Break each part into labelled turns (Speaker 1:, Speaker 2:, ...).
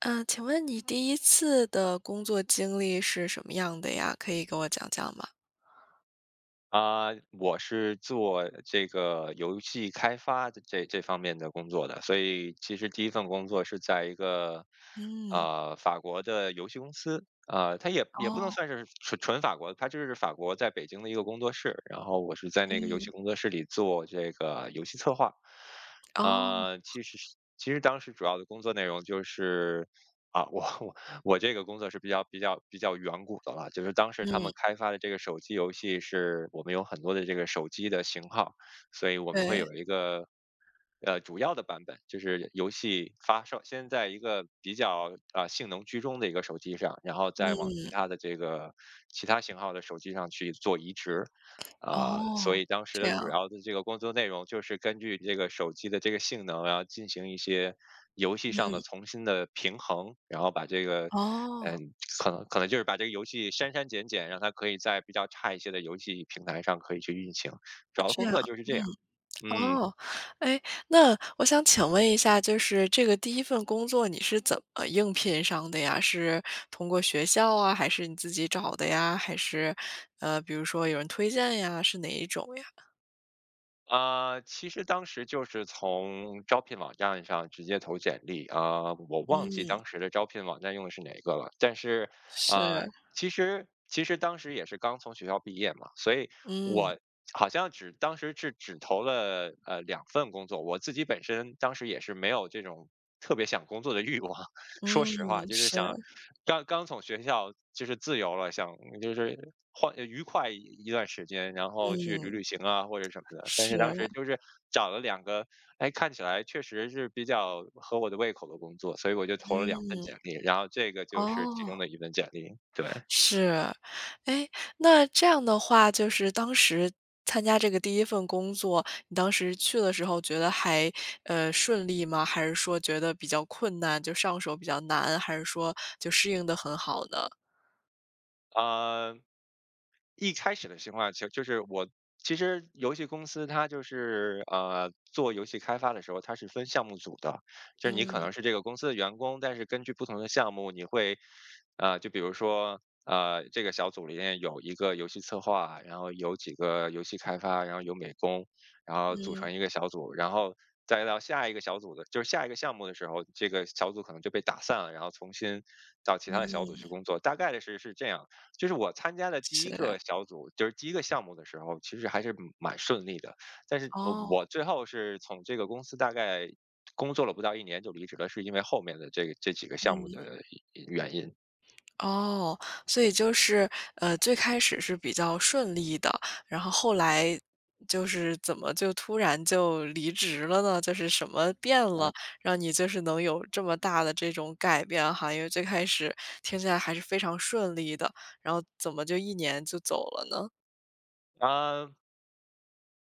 Speaker 1: 嗯，请问你第一次的工作经历是什么样的呀？可以给我讲讲吗？
Speaker 2: 我是做这个游戏开发的这方面的工作的，所以其实第一份工作是在一个
Speaker 1: 嗯，
Speaker 2: 法国的游戏公司。它也不能
Speaker 1: 哦，
Speaker 2: 算是纯法国，它就是法国在北京的一个工作室，然后我是在那个游戏
Speaker 1: 嗯，
Speaker 2: 工作室里做这个游戏策划。
Speaker 1: 哦，
Speaker 2: 其实当时主要的工作内容就是啊，我 我我这个工作是比较远古的了，就是当时他
Speaker 1: 嗯，
Speaker 2: 们开发的这个手机游戏，是我们有很多的这个手机的型号，所以我们会
Speaker 1: 对，
Speaker 2: 有一个主要的版本，就是游戏发售先在一个比较性能居中的一个手机上，然后再往
Speaker 1: 嗯，
Speaker 2: 其他型号的手机上去做移植。所
Speaker 1: 哦，
Speaker 2: 以当时
Speaker 1: 这
Speaker 2: 的主
Speaker 1: 样，
Speaker 2: 要的这个工作内容就是根据这个手机的这个性能啊，然后进行一些游戏上
Speaker 1: 嗯，
Speaker 2: 的重新的平衡，然后把这个，
Speaker 1: 哦，
Speaker 2: 嗯，可能就是把这个游戏删删减减，让它可以在比较差一些的游戏平台上可以去运行。主要
Speaker 1: 这
Speaker 2: 工
Speaker 1: 样，
Speaker 2: 作就是这
Speaker 1: 嗯。
Speaker 2: 样，嗯。
Speaker 1: 哦，哎，那我想请问一下，就是这个第一份工作你是怎么应聘上的呀？是通过学校啊，还是你自己找的呀？还是，比如说有人推荐呀？是哪一种呀？
Speaker 2: 其实当时就是从招聘网站上直接投简历啊，我忘记
Speaker 1: 嗯，
Speaker 2: 当时的招聘网站用的是哪个了。但是，
Speaker 1: 是，
Speaker 2: 其实当时也是刚从学校毕业嘛，所以
Speaker 1: 嗯，
Speaker 2: 我好像当时只投了两份工作。我自己本身当时也是没有这种特别想工作的欲望，说
Speaker 1: 嗯，
Speaker 2: 实话，就是
Speaker 1: 是，
Speaker 2: 想刚刚从学校就是自由了，想就是换呃，愉快一段时间，然后去旅
Speaker 1: 嗯，
Speaker 2: 旅行啊或者什么的。但
Speaker 1: 是，
Speaker 2: 是当时就是找了两个，哎，看起来确实是比较合我的胃口的工作，所以我就投了两份
Speaker 1: 嗯，
Speaker 2: 简历，然后这个就是其中的
Speaker 1: 哦。
Speaker 2: 一份简历，对。
Speaker 1: 是，哎，那这样的话，就是当时参加这个第一份工作，你当时去的时候觉得还，顺利吗？还是说觉得比较困难，就上手比较难，还是说就适应的很好呢？
Speaker 2: 啊。一开始的情况其实就是其实游戏公司它就是做游戏开发的时候，它是分项目组的，就是你可能
Speaker 1: 嗯，
Speaker 2: 是这个公司的员工，但是根据不同的项目，你会就比如说这个小组里面有一个游戏策划，然后有几个游戏开发，然后有美工，然后组
Speaker 1: 嗯，
Speaker 2: 成一个小组，然后再到下一个小组的，就是下一个项目的时候，这个小组可能就被打散了，然后重新到其他的小组去工作，大概是这样。就是我参加的第一
Speaker 1: 是，
Speaker 2: 个小组，就是第一个项目的时候，其实还是蛮顺利的。但是
Speaker 1: 哦，
Speaker 2: 我最后是从这个公司大概工作了不到1年就离职了，是因为后面的这几个项目
Speaker 1: 嗯。
Speaker 2: 的原因。
Speaker 1: 哦，所以就是，最开始是比较顺利的，然后后来就是怎么就突然就离职了呢？就是什么变了，让你就是能有这么大的这种改变哈？因为最开始听起来还是非常顺利的，然后怎么就一年就走了呢？
Speaker 2: 啊、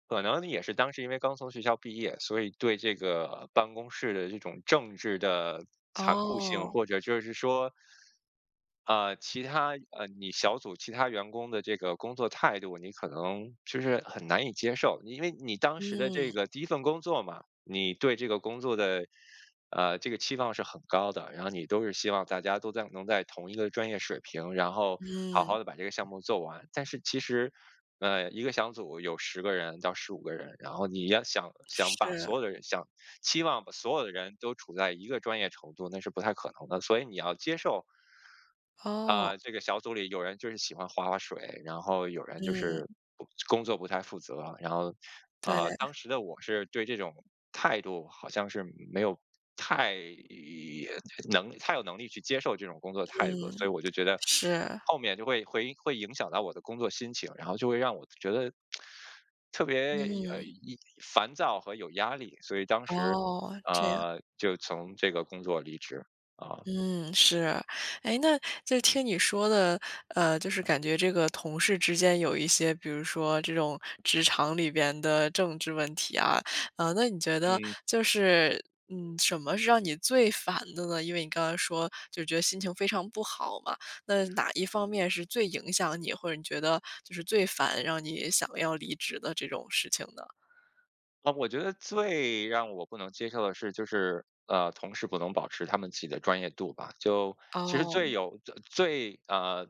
Speaker 2: 可能也是当时因为刚从学校毕业，所以对这个办公室的这种政治的残酷性，
Speaker 1: 哦，
Speaker 2: 或者就是说，其他你小组其他员工的这个工作态度，你可能就是很难以接受，因为你当时的这
Speaker 1: 嗯
Speaker 2: 个第一份工作嘛，你对这个工作的这个期望是很高的，然后你都是希望大家都能在同一个专业水平，然后好好
Speaker 1: 嗯，
Speaker 2: 的把这个项目做完。但是其实一个小组有10个人到15个人，然后你要想想把
Speaker 1: 是，
Speaker 2: 所有的人想期望把所有的人都处在一个专业程度，那是不太可能的，所以你要接受
Speaker 1: 哦，
Speaker 2: 这个小组里有人就是喜欢划水，然后有人就
Speaker 1: 嗯，
Speaker 2: 是不工作不太负责，然后
Speaker 1: 对，
Speaker 2: 当时的我是对这种态度好像是没有太呃能太有能力去接受这种工作态度的，所以
Speaker 1: 嗯，
Speaker 2: 我就觉得
Speaker 1: 是，
Speaker 2: 后面就会影响到我的工作心情，然后就会让我觉得特别呃
Speaker 1: 嗯，
Speaker 2: 一烦躁和有压力，所以当时
Speaker 1: 哦，
Speaker 2: 就从这个工作离职，啊，
Speaker 1: 嗯，是。哎，那就听你说的，就是感觉这个同事之间有一些，比如说这种职场里边的政治问题啊，那你觉得
Speaker 2: 嗯。
Speaker 1: 就是，什么是让你最烦的呢？因为你刚刚说就觉得心情非常不好嘛，那哪一方面是最影响你，或者你觉得就是最烦，让你想要离职的这种事情呢？
Speaker 2: 我觉得最让我不能接受的是，就是同事不能保持他们自己的专业度吧。就其实最
Speaker 1: 哦，
Speaker 2: 有最最呃，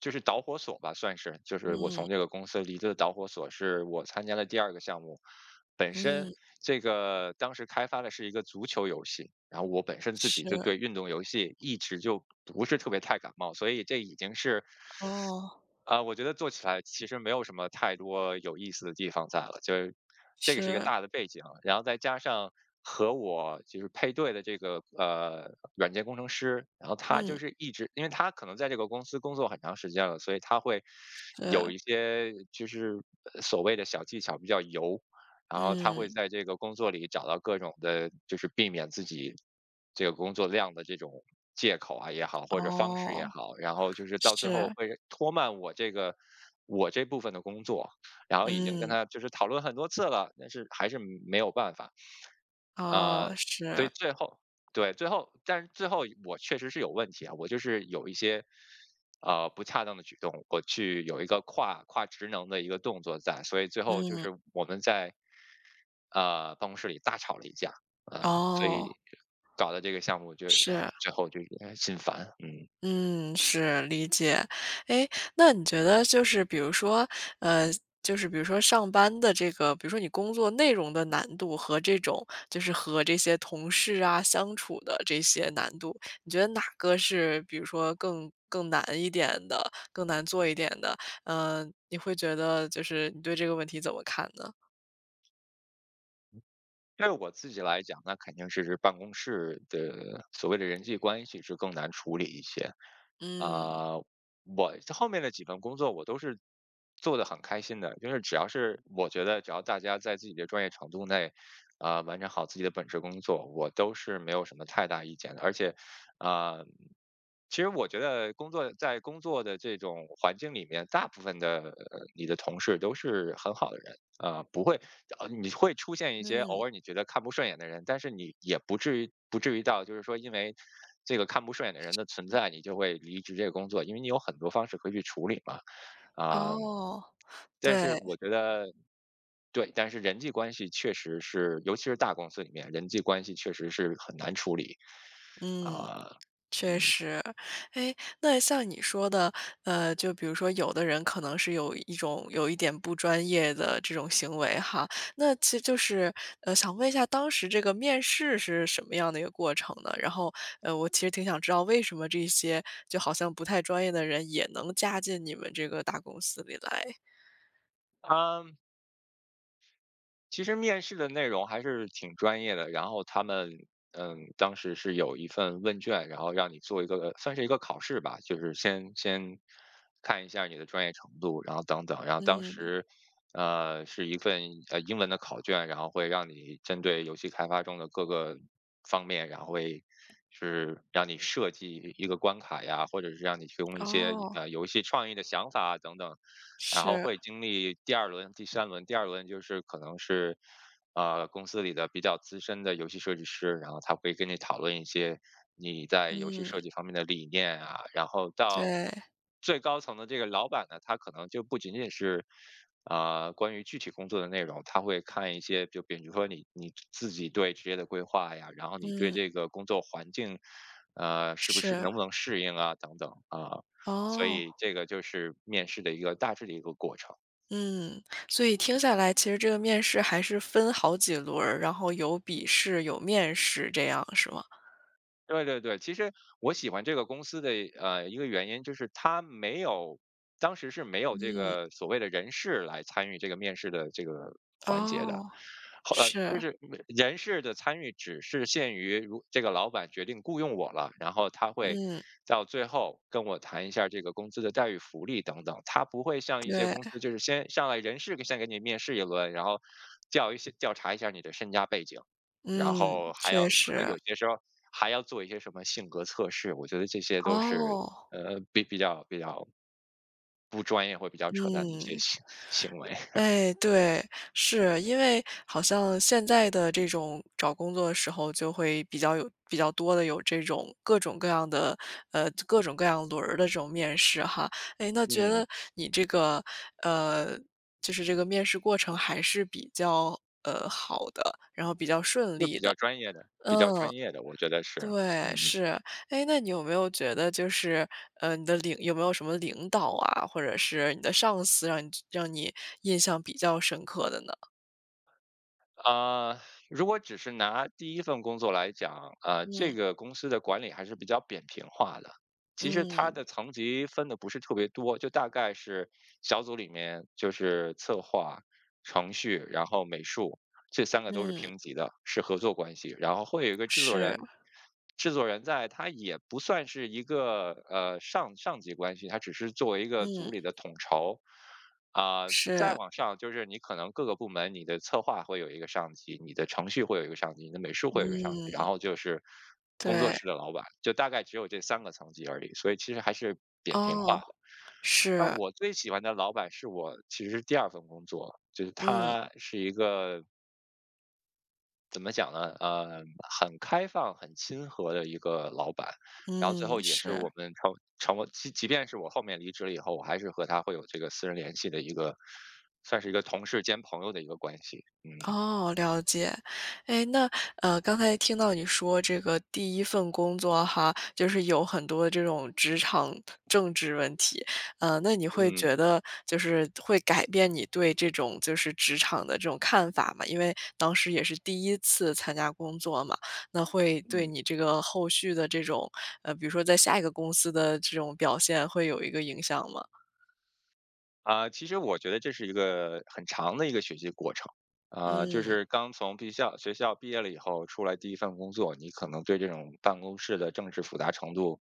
Speaker 2: 就是导火索吧，算是就是我
Speaker 1: 嗯，
Speaker 2: 从这个公司离职的导火索，是我参加的第二个项目。本身
Speaker 1: 嗯，
Speaker 2: 这个当时开发的是一个足球游戏，然后我本身自己
Speaker 1: 是，
Speaker 2: 就对运动游戏一直就不是特别太感冒，所以这已经是
Speaker 1: 哦，
Speaker 2: 我觉得做起来其实没有什么太多有意思的地方在了，就是这个是一个
Speaker 1: 是，
Speaker 2: 大的背景，然后再加上和我就是配对的这个软件工程师，然后他就
Speaker 1: 嗯，
Speaker 2: 是一直，因为他可能在这个公司工作很长时间了，所以他会有
Speaker 1: 是，
Speaker 2: 一些就是所谓的小技巧比较油，然后他会
Speaker 1: 嗯。
Speaker 2: 在这个工作里找到各种的，就是避免自己这个工作量的这种借口啊也好，或者方式
Speaker 1: 哦，
Speaker 2: 也好，然后就是到最后
Speaker 1: 是，
Speaker 2: 会拖慢我这部分的工作，然后已经跟
Speaker 1: 嗯，
Speaker 2: 他就是讨论很多次了，但是还是没有办法。
Speaker 1: 哦，
Speaker 2: 呃，所以
Speaker 1: 是，
Speaker 2: 最后，对，最后我确实是有问题啊，我就是有一些不恰当的举动，我去有一个跨职能的一个动作在，所以最后就是
Speaker 1: 嗯，
Speaker 2: 我们在办公室里大吵了一架。所
Speaker 1: 哦，
Speaker 2: 以搞的这个项目就
Speaker 1: 是，
Speaker 2: 最后就心烦，嗯。
Speaker 1: 嗯，是，理解。哎，那你觉得就是比如说，呃，就是比如说上班的这个，比如说你工作内容的难度和这种就是和这些同事啊相处的这些难度，你觉得哪个是比如说更难一点的，更难做一点的？嗯，你会觉得就是你对这个问题怎么看呢？
Speaker 2: 对我自己来讲，那肯定是办公室的所谓的人际关系是更难处理一些。
Speaker 1: 嗯，
Speaker 2: 啊、我后面的几份工作我都是做的很开心的，就是只要是我觉得只要大家在自己的专业程度内，完成好自己的本职工作，我都是没有什么太大意见的。而且，啊、其实我觉得在工作的这种环境里面，大部分的、你的同事都是很好的人。不会你会出现一些偶
Speaker 1: 嗯。
Speaker 2: 尔你觉得看不顺眼的人，但是你也不至于到就是说因为这个看不顺眼的人的存在，你就会离职这个工作，因为你有很多方式可以去处理嘛。啊、
Speaker 1: 哦，
Speaker 2: 但是
Speaker 1: 对，
Speaker 2: 我觉得，对，但是人际关系确实是，尤其是大公司里面，人际关系确实是很难处理。
Speaker 1: 嗯，
Speaker 2: 啊、
Speaker 1: 确
Speaker 2: 嗯，
Speaker 1: 实。哎，那像你说的，就比如说有的人可能是有一种有一点不专业的这种行为哈，那其实就是，想问一下当时这个面试是什么样的一个过程呢？然后，我其实挺想知道为什么这些就好像不太专业的人也能加进你们这个大公司里来？
Speaker 2: 他其实面试的内容还是挺专业的，然后他们，嗯，当时是有一份问卷，然后让你做一个算是一个考试吧，就是先看一下你的专业程度，然后等等，然后当
Speaker 1: 嗯，
Speaker 2: 时，是一份英文的考卷，然后会让你针对游戏开发中的各个方面，然后会是让你设计一个关卡呀，或者是让你提供一些
Speaker 1: 哦，
Speaker 2: 游戏创意的想法啊等等，然后
Speaker 1: 是，
Speaker 2: 会经历第二轮、第3轮，第二轮就是可能是，公司里的比较资深的游戏设计师，然后他会跟你讨论一些你在游戏
Speaker 1: 嗯，
Speaker 2: 设计方面的理念啊。然后到
Speaker 1: 对，
Speaker 2: 最高层的这个老板呢，他可能就不仅仅是，关于具体工作的内容，他会看一些就比如说你自己对职业的规划呀，然后你对
Speaker 1: 嗯，
Speaker 2: 这个工作环境，
Speaker 1: 是，
Speaker 2: 能不能适应啊等等，啊。所
Speaker 1: 哦。
Speaker 2: 以这个就是面试的一个大致的一个过程。
Speaker 1: 嗯，所以听下来，其实这个面试还是分好几轮儿，然后有笔试，有面试，这样是吗？
Speaker 2: 对对对，其实我喜欢这个公司的一个原因就是它没有，当时是没有这
Speaker 1: 嗯，
Speaker 2: 个所谓的人事来参与这个面试的这个环节的，
Speaker 1: 哦，
Speaker 2: 好，就
Speaker 1: 是，
Speaker 2: 是人事的参与只是限于如这个老板决定雇佣我了，然后他会
Speaker 1: 嗯，
Speaker 2: 到最后跟我谈一下这个工资的待遇、福利等等。他不会像一些
Speaker 1: 对，
Speaker 2: 公司，就是先上来人事先给你面试一轮，然后调查一下你的身家背景，然
Speaker 1: 嗯，
Speaker 2: 后还要
Speaker 1: 确
Speaker 2: 可能
Speaker 1: 实，
Speaker 2: 有些时候还要做一些什么性格测试。我觉得这些都是
Speaker 1: 哦，
Speaker 2: 比较不专业或比较扯淡的一些
Speaker 1: 嗯。
Speaker 2: 行为。
Speaker 1: 哎，对，是，因为好像现在的这种找工作的时候，就会比较有比较多的有这种各种各样的各种各样轮儿的这种面试哈。哎，那觉
Speaker 2: 嗯。
Speaker 1: 得你这个呃，就是这个面试过程还是比较，好的，然后比较顺
Speaker 2: 就
Speaker 1: 利
Speaker 2: 比
Speaker 1: 的，
Speaker 2: 较专业的，比较
Speaker 1: 嗯。
Speaker 2: 专业的，我觉得是。
Speaker 1: 对，
Speaker 2: 嗯，
Speaker 1: 是。哎，那你有没有觉得就是，你的领有没有什么领导啊，或者是你的上司让你印象比较深刻的呢？
Speaker 2: 啊，呃如果只是拿第一份工作来讲，呃，这
Speaker 1: 嗯，
Speaker 2: 个公司的管理还是比较扁平化的。其实它
Speaker 1: 嗯，
Speaker 2: 的层级分的不是特别多，就大概是小组里面就是策划、程序，然后美术，这三个都是
Speaker 1: 嗯，
Speaker 2: 平级的，是合作关系。然后会有一个制作
Speaker 1: 是，
Speaker 2: 人，制作人，他也不算是一个，上级关系，他只是作为一个组
Speaker 1: 嗯，
Speaker 2: 里的统筹。啊、再
Speaker 1: 是，
Speaker 2: 往上就是你可能各个部门，你的策划会有一个上级，你的程序会有一个上级，你的美术
Speaker 1: 嗯，
Speaker 2: 会有一个上级，然后就是工作
Speaker 1: 对，
Speaker 2: 室的老板，就大概只有这三个层级而已，所以其实还是扁平化
Speaker 1: 哦，
Speaker 2: 的。那
Speaker 1: 是，
Speaker 2: 我最喜欢的老板是，我其实是第二份工作，就是
Speaker 1: 嗯，
Speaker 2: 他是一个怎么讲呢？很开放、很亲和的一个老板，然后最
Speaker 1: 嗯，
Speaker 2: 后也是
Speaker 1: 是。
Speaker 2: 我们成为，即便是我后面离职了以后，我还是和他会有这个私人联系的一个，算是一个同事兼朋友的一个关系。嗯。
Speaker 1: 哦，了解。哎，那，刚才听到你说这个第一份工作哈，就是有很多这种职场政治问题，那你会
Speaker 2: 嗯
Speaker 1: 觉得就是会改变你对这种就是职场的这种看法吗？因为当时也是第一次参加工作嘛，那会对
Speaker 2: 嗯
Speaker 1: 你这个后续的这种，比如说在下一个公司的这种表现会有一个影响吗？
Speaker 2: 其实我觉得这是一个很长的一个学习过程。啊，就
Speaker 1: 嗯，
Speaker 2: 是刚从学校毕业了以后，出来第一份工作，你可能对这种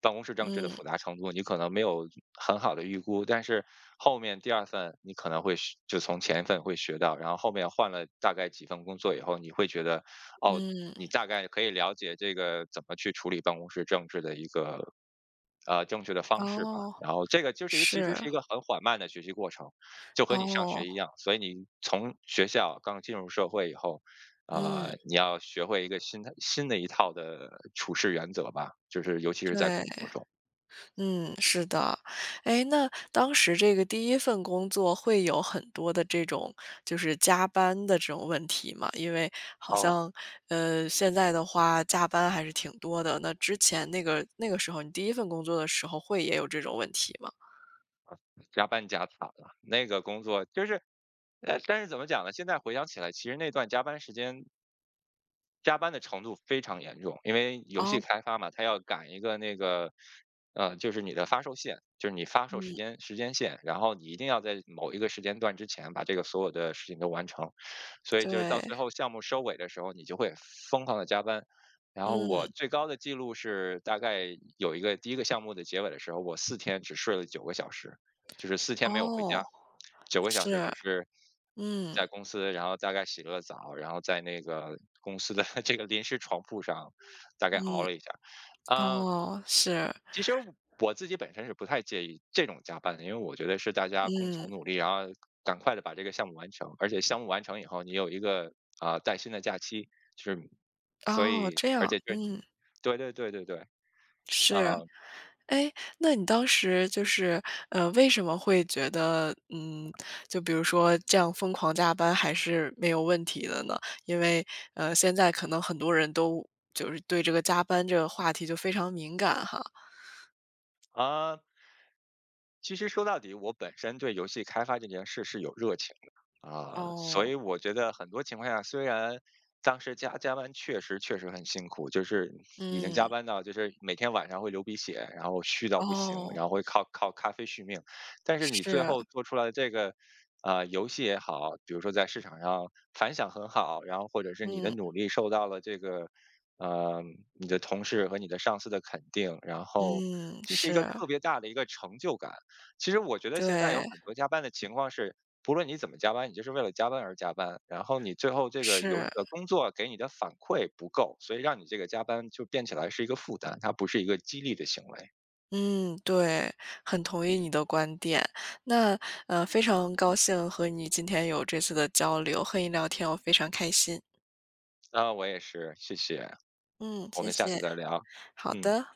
Speaker 2: 办公室政治的
Speaker 1: 嗯，
Speaker 2: 复杂程度，你可能没有很好的预估，但是后面第二份你可能会从前一份会学到，然后后面换了大概几份工作以后，你会觉得，哦，
Speaker 1: 嗯，
Speaker 2: 你大概可以了解这个怎么去处理办公室政治的一个呃正确的方式吧。
Speaker 1: 哦，
Speaker 2: 然后这个就是一个其实
Speaker 1: 是，
Speaker 2: 是一个很缓慢的学习过程，就和你上
Speaker 1: 哦，
Speaker 2: 学一样，所以你从学校刚进入社会以后，啊，
Speaker 1: 嗯。
Speaker 2: 你要学会一个新的一套的处事原则吧，就是尤其是在工
Speaker 1: 对，
Speaker 2: 作中。
Speaker 1: 嗯，是的。哎，那当时这个第一份工作会有很多的这种就是加班的这种问题吗？因为好
Speaker 2: 哦，
Speaker 1: 像，现在的话加班还是挺多的，那之前那个时候你第一份工作的时候会也有这种问题吗？
Speaker 2: 加班加惨了，那个工作就是，呃，但是怎么讲呢？现在回想起来，其实那段加班的程度非常严重，因为游戏
Speaker 1: 哦，
Speaker 2: 开发嘛，它要赶一个那个，你发售
Speaker 1: 嗯，
Speaker 2: 时间线，然后你一定要在某一个时间段之前把这个所有的事情都完成，所以就是到
Speaker 1: 对，
Speaker 2: 最后项目收尾的时候，你就会疯狂的加班。然后
Speaker 1: 嗯，
Speaker 2: 我最高的记录是，大概有一个第一个项目的结尾的时候，我四天只睡了九个小时。就是四天没有回
Speaker 1: 哦，
Speaker 2: 家，九个小时
Speaker 1: 是，
Speaker 2: 只是
Speaker 1: 嗯，
Speaker 2: 在公司，然后大概洗了个澡，然后在那个公司的 这个临时床铺上大概熬
Speaker 1: 嗯，
Speaker 2: 了一下。啊，呃
Speaker 1: 哦，是，
Speaker 2: 其实我自己本身是不太介意这种加班的，因为我觉得是大家共
Speaker 1: 嗯，
Speaker 2: 同努力，然后赶快的把这个项目完成，而且项目完成以后，你有一个带薪的假期，就是，所
Speaker 1: 哦，
Speaker 2: 以
Speaker 1: 这
Speaker 2: 而
Speaker 1: 样，
Speaker 2: 且就是
Speaker 1: 嗯，
Speaker 2: 对对对对对。啊
Speaker 1: 是。哎，那你当时就是，为什么会觉得，就比如说这样疯狂加班还是没有问题的呢？因为，现在可能很多人都就是对这个加班这个话题就非常敏感哈。
Speaker 2: 啊、其实说到底，我本身对游戏开发这件事是有热情的，啊，所
Speaker 1: 哦，
Speaker 2: 以我觉得很多情况下，虽然当时加班确实，确实很辛苦，就是已经加
Speaker 1: 嗯，
Speaker 2: 班到就是每天晚上会流鼻血，然后虚到不行，
Speaker 1: 哦，
Speaker 2: 然后会靠咖啡续命，但是你最
Speaker 1: 是，
Speaker 2: 后做出来的这个，啊、游戏也好，比如说在市场上反响很好，然后或者是你的
Speaker 1: 嗯，
Speaker 2: 努力受到了这个，呃，你的同事和你的上司的肯定，然后
Speaker 1: 嗯，
Speaker 2: 这是一个
Speaker 1: 是，
Speaker 2: 特别大的一个成就感。其实我觉得现在有
Speaker 1: 对，
Speaker 2: 很多加班的情况是，不论你怎么加班，你就是为了加班而加班，然后你最后这个由于
Speaker 1: 是，
Speaker 2: 工作给你的反馈不够，所以让你这个加班就变起来是一个负担，它不是一个激励的行为。
Speaker 1: 嗯，对，很同意你的观点。那，非常高兴和你今天有这次的交流，和你聊天，我非常开心。
Speaker 2: 啊，我也是，谢谢，
Speaker 1: 嗯，
Speaker 2: 我
Speaker 1: 谢
Speaker 2: 们下次
Speaker 1: 谢，
Speaker 2: 再聊。
Speaker 1: 好
Speaker 2: 嗯。
Speaker 1: 的。